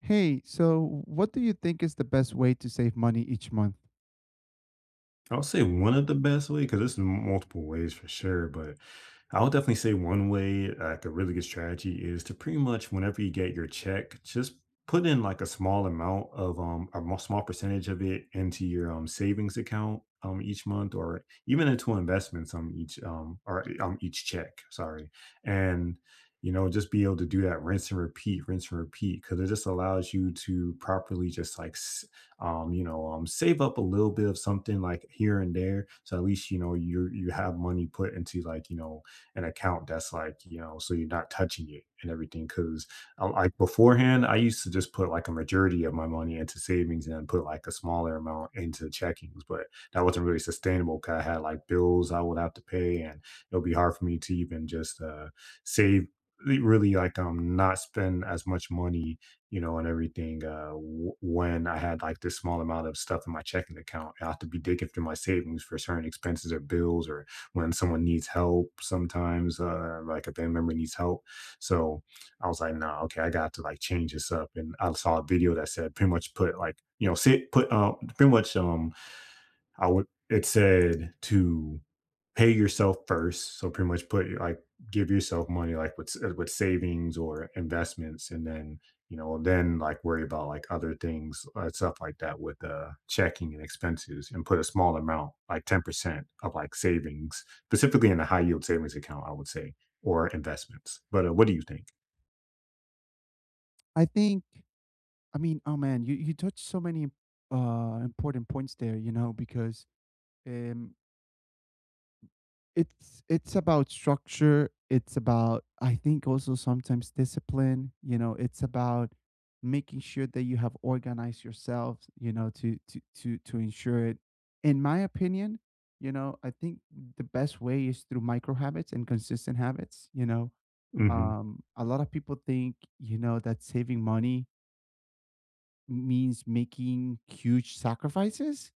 Hey, so what do you think is the best way to save money each month? I will say one of the best way because there's multiple ways for sure, but I would definitely say one way, like a really good strategy, is to pretty much whenever you get your check, just put in like a small amount of small percentage of it into your savings account each month, or even into investments each check, sorry, and you know just be able to do that rinse and repeat, because it just allows you to properly just like save up a little bit of something like here and there, so at least you know you have money put into like you know an account that's like you know so you're not touching it and everything. Because like beforehand, I used to just put like a majority of my money into savings and then put like a smaller amount into checkings, but that wasn't really sustainable because I had like bills I would have to pay, and it'll be hard for me to even just save really like not spend as much money you know, and everything, w when I had, like, this small amount of stuff in my checking account, I have to be digging through my savings for certain expenses or bills or when someone needs help sometimes, like, a band member needs help, so, I was like, "Nah, okay, I got to, like, change this up," and I saw a video that said pretty much put, like, you know, say put, pretty much, I would it said to pay yourself first, so pretty much put like give yourself money like with savings or investments, and then, you know, then, like, worry about, like, other things, stuff like that with, checking and expenses and put a small amount, like 10% of, like, savings, specifically in a high yield savings account, I would say, or investments. But, what do you think? I think, oh man, you touched so many important points there, you know, because um it's about structure, it's about I think also sometimes discipline, you know, it's about making sure that you have organized yourself, you know, to ensure it. In my opinion, you know, I think the best way is through micro habits and consistent habits, you know. Mhm. A lot of people think, you know, that saving money means making huge sacrifices,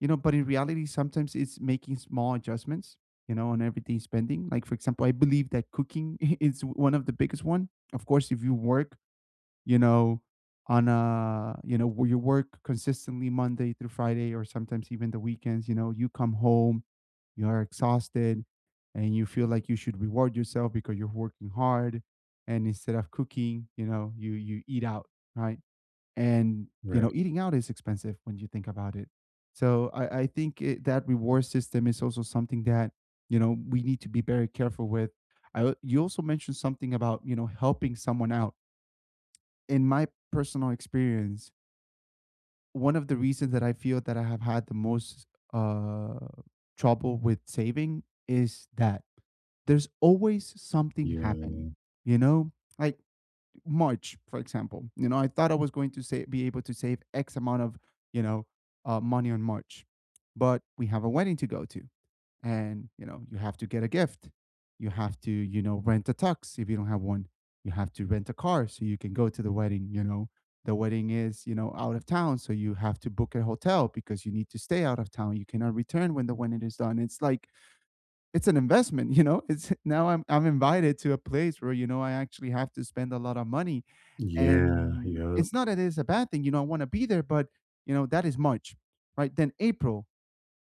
you know, but in reality, sometimes it's making small adjustments, you know, on everything spending. Like, for example, I believe that cooking is one of the biggest one. Of course, if you work, you know, on a, you know, where you work consistently Monday through Friday or sometimes even the weekends, you know, you come home, you are exhausted and you feel like you should reward yourself because you're working hard. And instead of cooking, you know, you eat out, right? And, you know, Right. eating out is expensive when you think about it. So I think it, that reward system is also something that, you know, we need to be very careful with. You also mentioned something about, you know, helping someone out. In my personal experience, one of the reasons that I feel that I have had the most uh, trouble with saving is that there's always something happen. Yeah. You know, like March, for example. You know, I thought I was going to say be able to save X amount of, you know, money on March, but we have a wedding to go to, and you know you have to get a gift, you have to, you know, rent a tux if you don't have one, you have to rent a car so you can go to the wedding, you know, the wedding is, you know, out of town, so you have to book a hotel because you need to stay out of town, you cannot return when the wedding is done. It's like it's an investment you know it's now I'm invited to a place where, you know, I actually have to spend a lot of money, Yeah, and yep. it's not that it's a bad thing, you know, I want to be there, but you know that is March, right? Then April,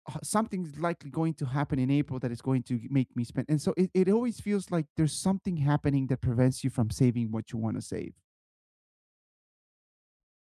something's likely going to happen in April that is going to make me spend. And so it always feels like there's something happening that prevents you from saving what you want to save.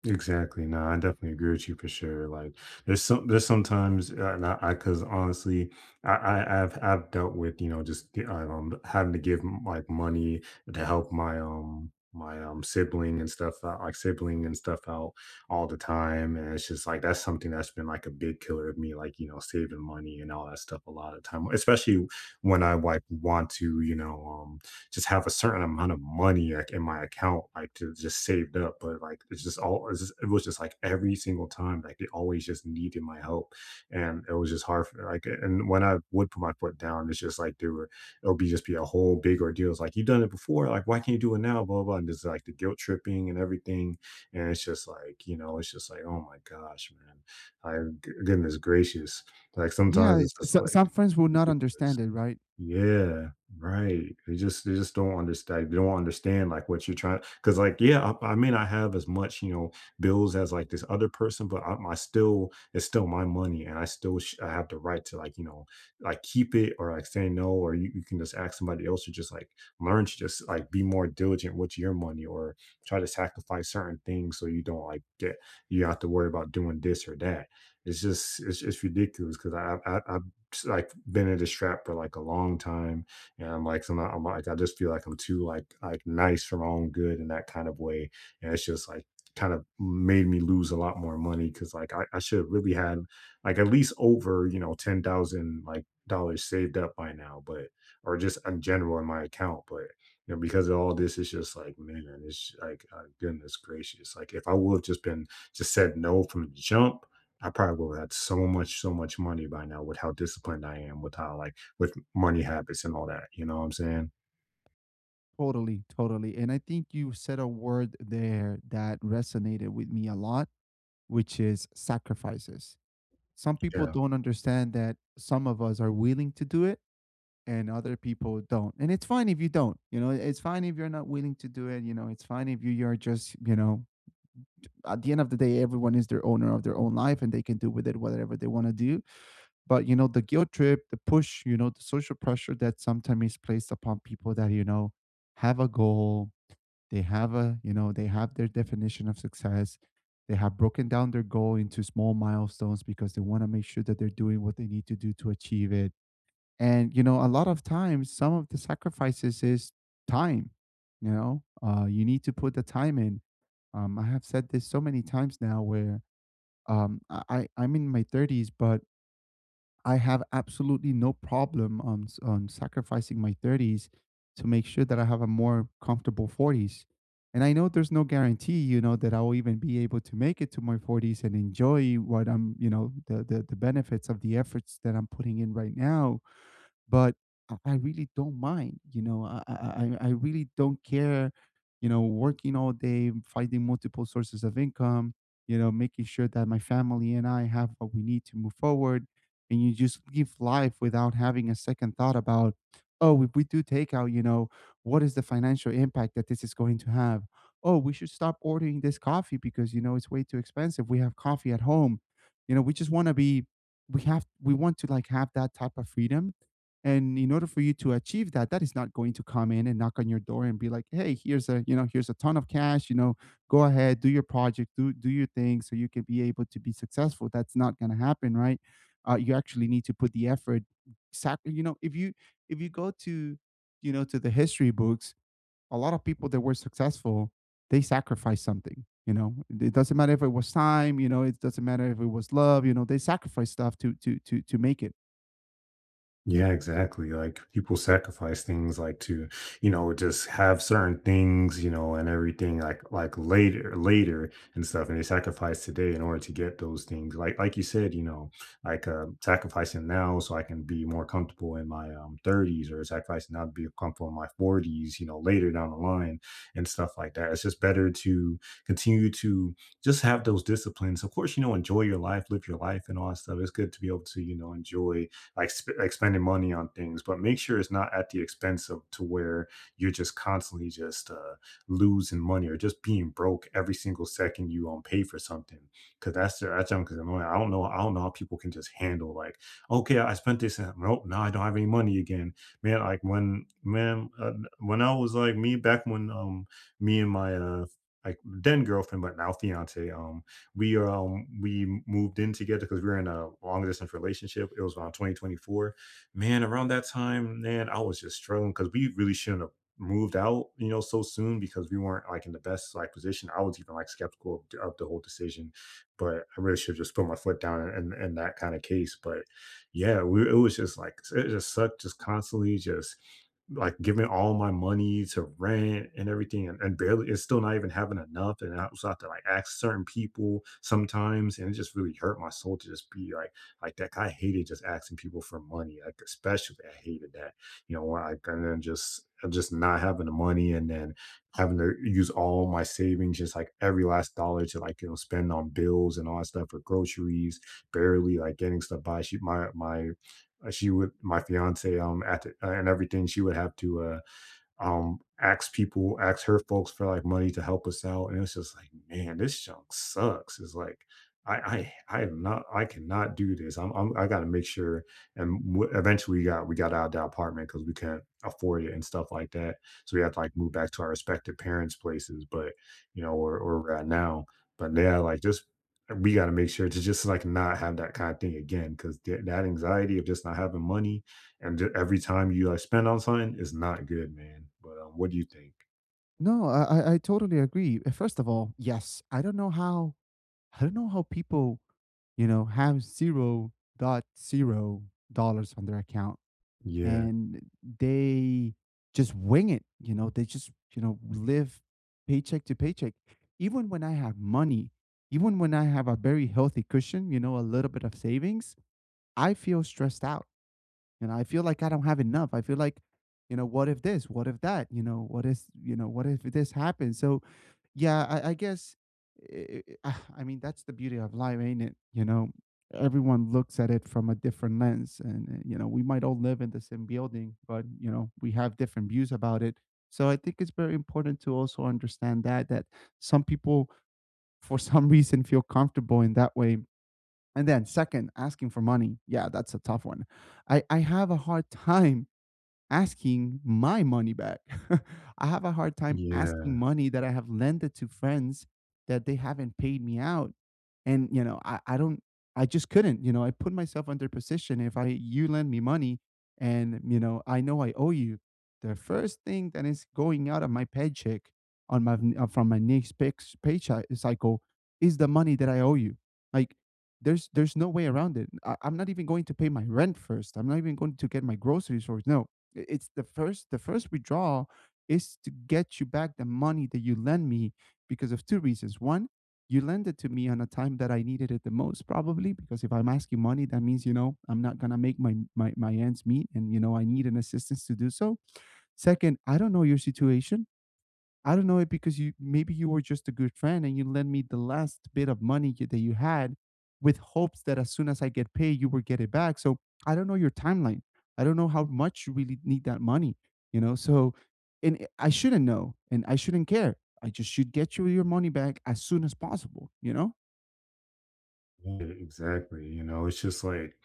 Exactly. No, I definitely agree with you for sure. Like, there's sometimes, and I cause honestly, I've dealt with you know just having to give like money to help my sibling and stuff out all the time, and it's just like that's something that's been like a big killer of me, like you know saving money and all that stuff a lot of time, especially when I like want to you know just have a certain amount of money like in my account, like to just saved up. But like it's just all it's just, it was just like every single time, like they always just needed my help, and it was just hard. For, like and when I would put my foot down, it's just like there were it'll be just be a whole big ordeal. It's like you've done it before, like why can't you do it now? Blah blah blah. And just like the guilt tripping and everything, and it's just like you know, it's just like oh my gosh, man, I goodness gracious, like Yeah, sometimes it's it's, just so, like some friends will not ridiculous. understand it, right? Yeah, right. They just don't understand. They don't understand like what you're trying. Because like, yeah, I may not have as much you know bills as like this other person, but I still it's still my money, and I have the right to like you know like keep it or like say no, or you can just ask somebody else to just like learn to just like be more diligent with your money, or try to sacrifice certain things so you don't like get you have to worry about doing this or that. It's just it's ridiculous because I like been in this trap for like a long time and I'm like so I'm not, I'm like I just feel like I'm too like nice for my own good in that kind of way and it's just like kind of made me lose a lot more money because like I should have really had like at least over you know 10,000 like dollars saved up by now but or just in general in my account but you know because of all this it's just like man it's like goodness gracious like if I would have just said no from the jump I probably would have had so much, so much money by now with how disciplined I am, with how like with money habits and all that. You know what I'm saying? Totally, totally. And I think you said a word there that resonated with me a lot, which is sacrifices. Some people Yeah. don't understand that some of us are willing to do it and other people don't. And it's fine if you don't. You know, it's fine if you're not willing to do it. You know, it's fine if you're just, you know, at the end of the day, everyone is their owner of their own life and they can do with it whatever they want to do. But, you know, the guilt trip, the push, you know, the social pressure that sometimes is placed upon people that, you know, have a goal, they have a, you know, they have their definition of success. They have broken down their goal into small milestones because they want to make sure that they're doing what they need to do to achieve it. And, you know, a lot of times, some of the sacrifices is time. You know, you need to put the time in. I have said this so many times now where um, I am in my 30s, but I have absolutely no problem on on sacrificing my 30s to make sure that I have a more comfortable 40s. And I know there's no guarantee, you know, that I'll even be able to make it to my 40s and enjoy what I'm, you know, the benefits of the efforts that I'm putting in right now, but I really don't mind. You know, I really don't care. You know, working all day, finding multiple sources of income. You know, making sure that my family and I have what we need to move forward. And you just live life without having a second thought about, oh, if we do takeout, you know, what is the financial impact that this is going to have? Oh, we should stop ordering this coffee because you know it's way too expensive. We have coffee at home. You know, we just want to be, we have, we want to like have that type of freedom, and in order for you to achieve that, that is not going to come in and knock on your door and be like, "Hey, here's a, you know, here's a ton of cash, you know, go ahead, do your project, do your thing so you can be able to be successful." That's not going to happen, right? You actually need to put the effort. You know, if you, if you go to, you know, to the history books, a lot of people that were successful, they sacrificed something. You know, it doesn't matter if it was time. You know, it doesn't matter if it was love. You know, they sacrificed stuff to make it. Yeah, exactly. Like people sacrifice things like to, you know, just have certain things, you know, and everything like like later and stuff. And they sacrifice today in order to get those things. Like you said, you know, like sacrificing now so I can be more comfortable in my 30s or sacrificing now to be comfortable in my 40s, you know, later down the line and stuff like that. It's just better to continue to just have those disciplines. Of course, you know, enjoy your life, live your life and all that stuff. It's good to be able to, you know, enjoy like spending money on things, but make sure it's not at the expense of to where you're just constantly just losing money or just being broke every single second you pay for something. Cause that's because I don't know how people can just handle like okay I spent this and nope now I don't have any money again man like when I was like me back when me and my like then girlfriend but now fiance, we moved in together because we were in a long distance relationship. It was around 2024. Man, around that time, man, I was just struggling because we really shouldn't have moved out, you know, so soon because we weren't like in the best like position. I was even like skeptical of the whole decision, but I really should have just put my foot down in that kind of case. But yeah, it was just like it just sucked, just constantly just like giving all my money to rent and everything and barely it's still not even having enough and I was out to like ask certain people sometimes and it just really hurt my soul to just be like that I hated just asking people for money like especially I hated that you know when I and then just not having the money and then having to use all my savings just like every last dollar to like you know spend on bills and all that stuff for groceries barely like getting stuff by she would my fiance at the, and everything she would have to ask people, ask her folks for like money to help us out. And it's just like, man, this junk sucks. It's like, I am not, I cannot do this. I got to make sure. And eventually we got out of the apartment because we couldn't afford it and stuff like that. So we had to like move back to our respective parents' places, but you know, or right now, but yeah, like just, we got to make sure to just like not have that kind of thing again. Cause that anxiety of just not having money and every time you spend on something is not good, man. But what do you think? No, I totally agree. First of all, yes, I don't know how, I don't know how people, you know, have zero dot $0 on their account Yeah, and they just wing it. You know, they just, you know, live paycheck to paycheck. Even when I have money, even when I have a very healthy cushion, you know, a little bit of savings, I feel stressed out. You know, I feel like I don't have enough. I feel like, you know, what if this? What if that? You know, what if, you know, what if this happens? So, yeah, I guess, I mean, that's the beauty of life, ain't it? You know, everyone looks at it from a different lens. And, you know, we might all live in the same building, but, you know, we have different views about it. So I think it's very important to also understand that, that some people, for some reason, feel comfortable in that way. And then second, asking for money. Yeah, that's a tough one. I have a hard time asking my money back. I have a hard time asking yeah. money that I have lended to friends that they haven't paid me out. And, you know, I just couldn't, you know, I put myself under position. If I, You lend me money and, you know I owe you, the first thing that is going out of my paycheck on my, from my next paycheck cycle is the money that I owe you. Like, there's no way around it. I'm not even going to pay my rent first. I'm not even going to get my groceries first. No, it's the first, the first withdrawal is to get you back the money that you lend me, because of two reasons. One, you lend it to me on a time that I needed it the most, probably because if I'm asking money, that means you know I'm not gonna make my my ends meet, and you know I need an assistance to do so. Second, I don't know your situation. I don't know it because you, maybe you were just a good friend and you lent me the last bit of that you had, with hopes that as soon as I get paid, you will get it back. So I don't know your timeline. I don't know how much you really need that money, you know? So, and I shouldn't know and I shouldn't care. I just should get you your money back as soon as possible, you know? Yeah, exactly. You know, it's just like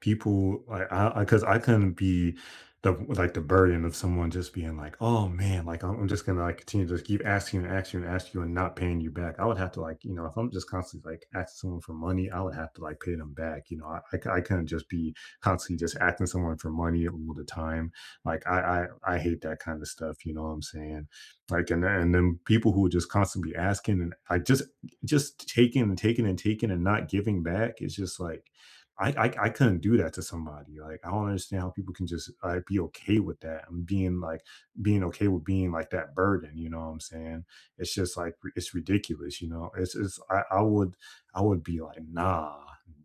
people like I because I, 'cause I couldn't be the burden of someone just being like, oh man, like I'm just gonna like continue to just keep asking and asking and asking you and not paying you back. I would have to like, you know, if I'm just constantly like asking someone for money, I would have to like pay them back. You know, I couldn't just be constantly just asking someone for money all the time. Like I hate that kind of stuff, you know what I'm saying? Like and then people who are just constantly asking and I just taking and taking and taking and not giving back its just like I couldn't do that to somebody. Like I don't understand how people can just like be okay with that I'm being like being okay with being like that burden. You know what I'm saying? It's just like it's ridiculous. You know, it's I would be like nah.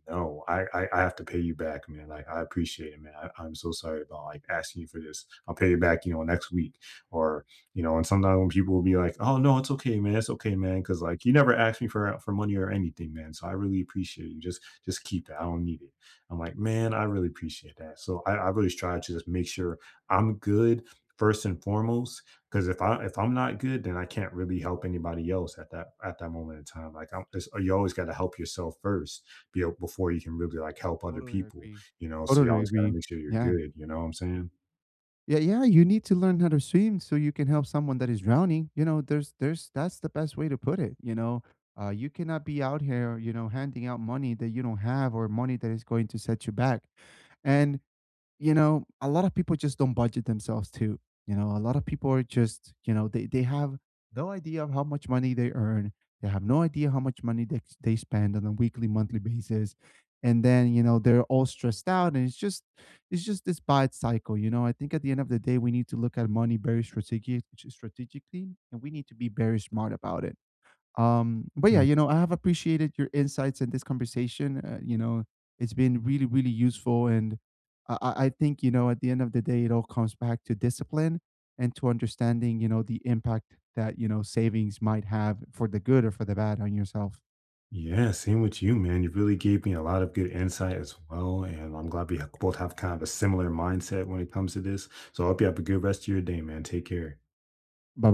No, I have to pay you back, man. Like I appreciate it, man. I'm so sorry about like asking you for this. I'll pay you back, you know, next week or you know, and sometimes when people will be like, "Oh no, it's okay, man. It's okay, man," because like you never asked me for money or anything, man. So I really appreciate you. Just keep it. I don't need it. I'm like, man, I really appreciate that. So I really strive to just make sure I'm good first and foremost. Because if I'm not good, then I can't really help anybody else at that moment in time. Like you always got to help yourself first, be before you can really like help other Totally people. agree. You know, so you Totally always got to agree. make sure you're Yeah. good. You know what I'm saying? Yeah, yeah, you need to learn how to swim so you can help someone that is drowning. You know, there's that's the best way to put it, you know. You cannot be out here, you know, handing out money that you don't have or money that is going to set you back. And you know, a lot of people just don't budget themselves too. You know, a lot of people are just, you know, they have no idea of how much money they earn. They have no idea how much money they spend on a weekly, monthly basis. And then, you know, they're all stressed out and it's just this bad cycle. You know, I think at the end of the day, we need to look at money very strategically, and we need to be very smart about it. But yeah, you know, I have appreciated your insights in this conversation. You know, it's been really, really useful. And I think, you know, at the end of the day, it all comes back to discipline and to understanding, you know, the impact that, you know, savings might have for the good or for the bad on yourself. Yeah, same with you, man. You really gave me a lot of good insight as well. And I'm glad we both have kind of a similar mindset when it comes to this. So I hope you have a good rest of your day, man. Take care. Bye bye.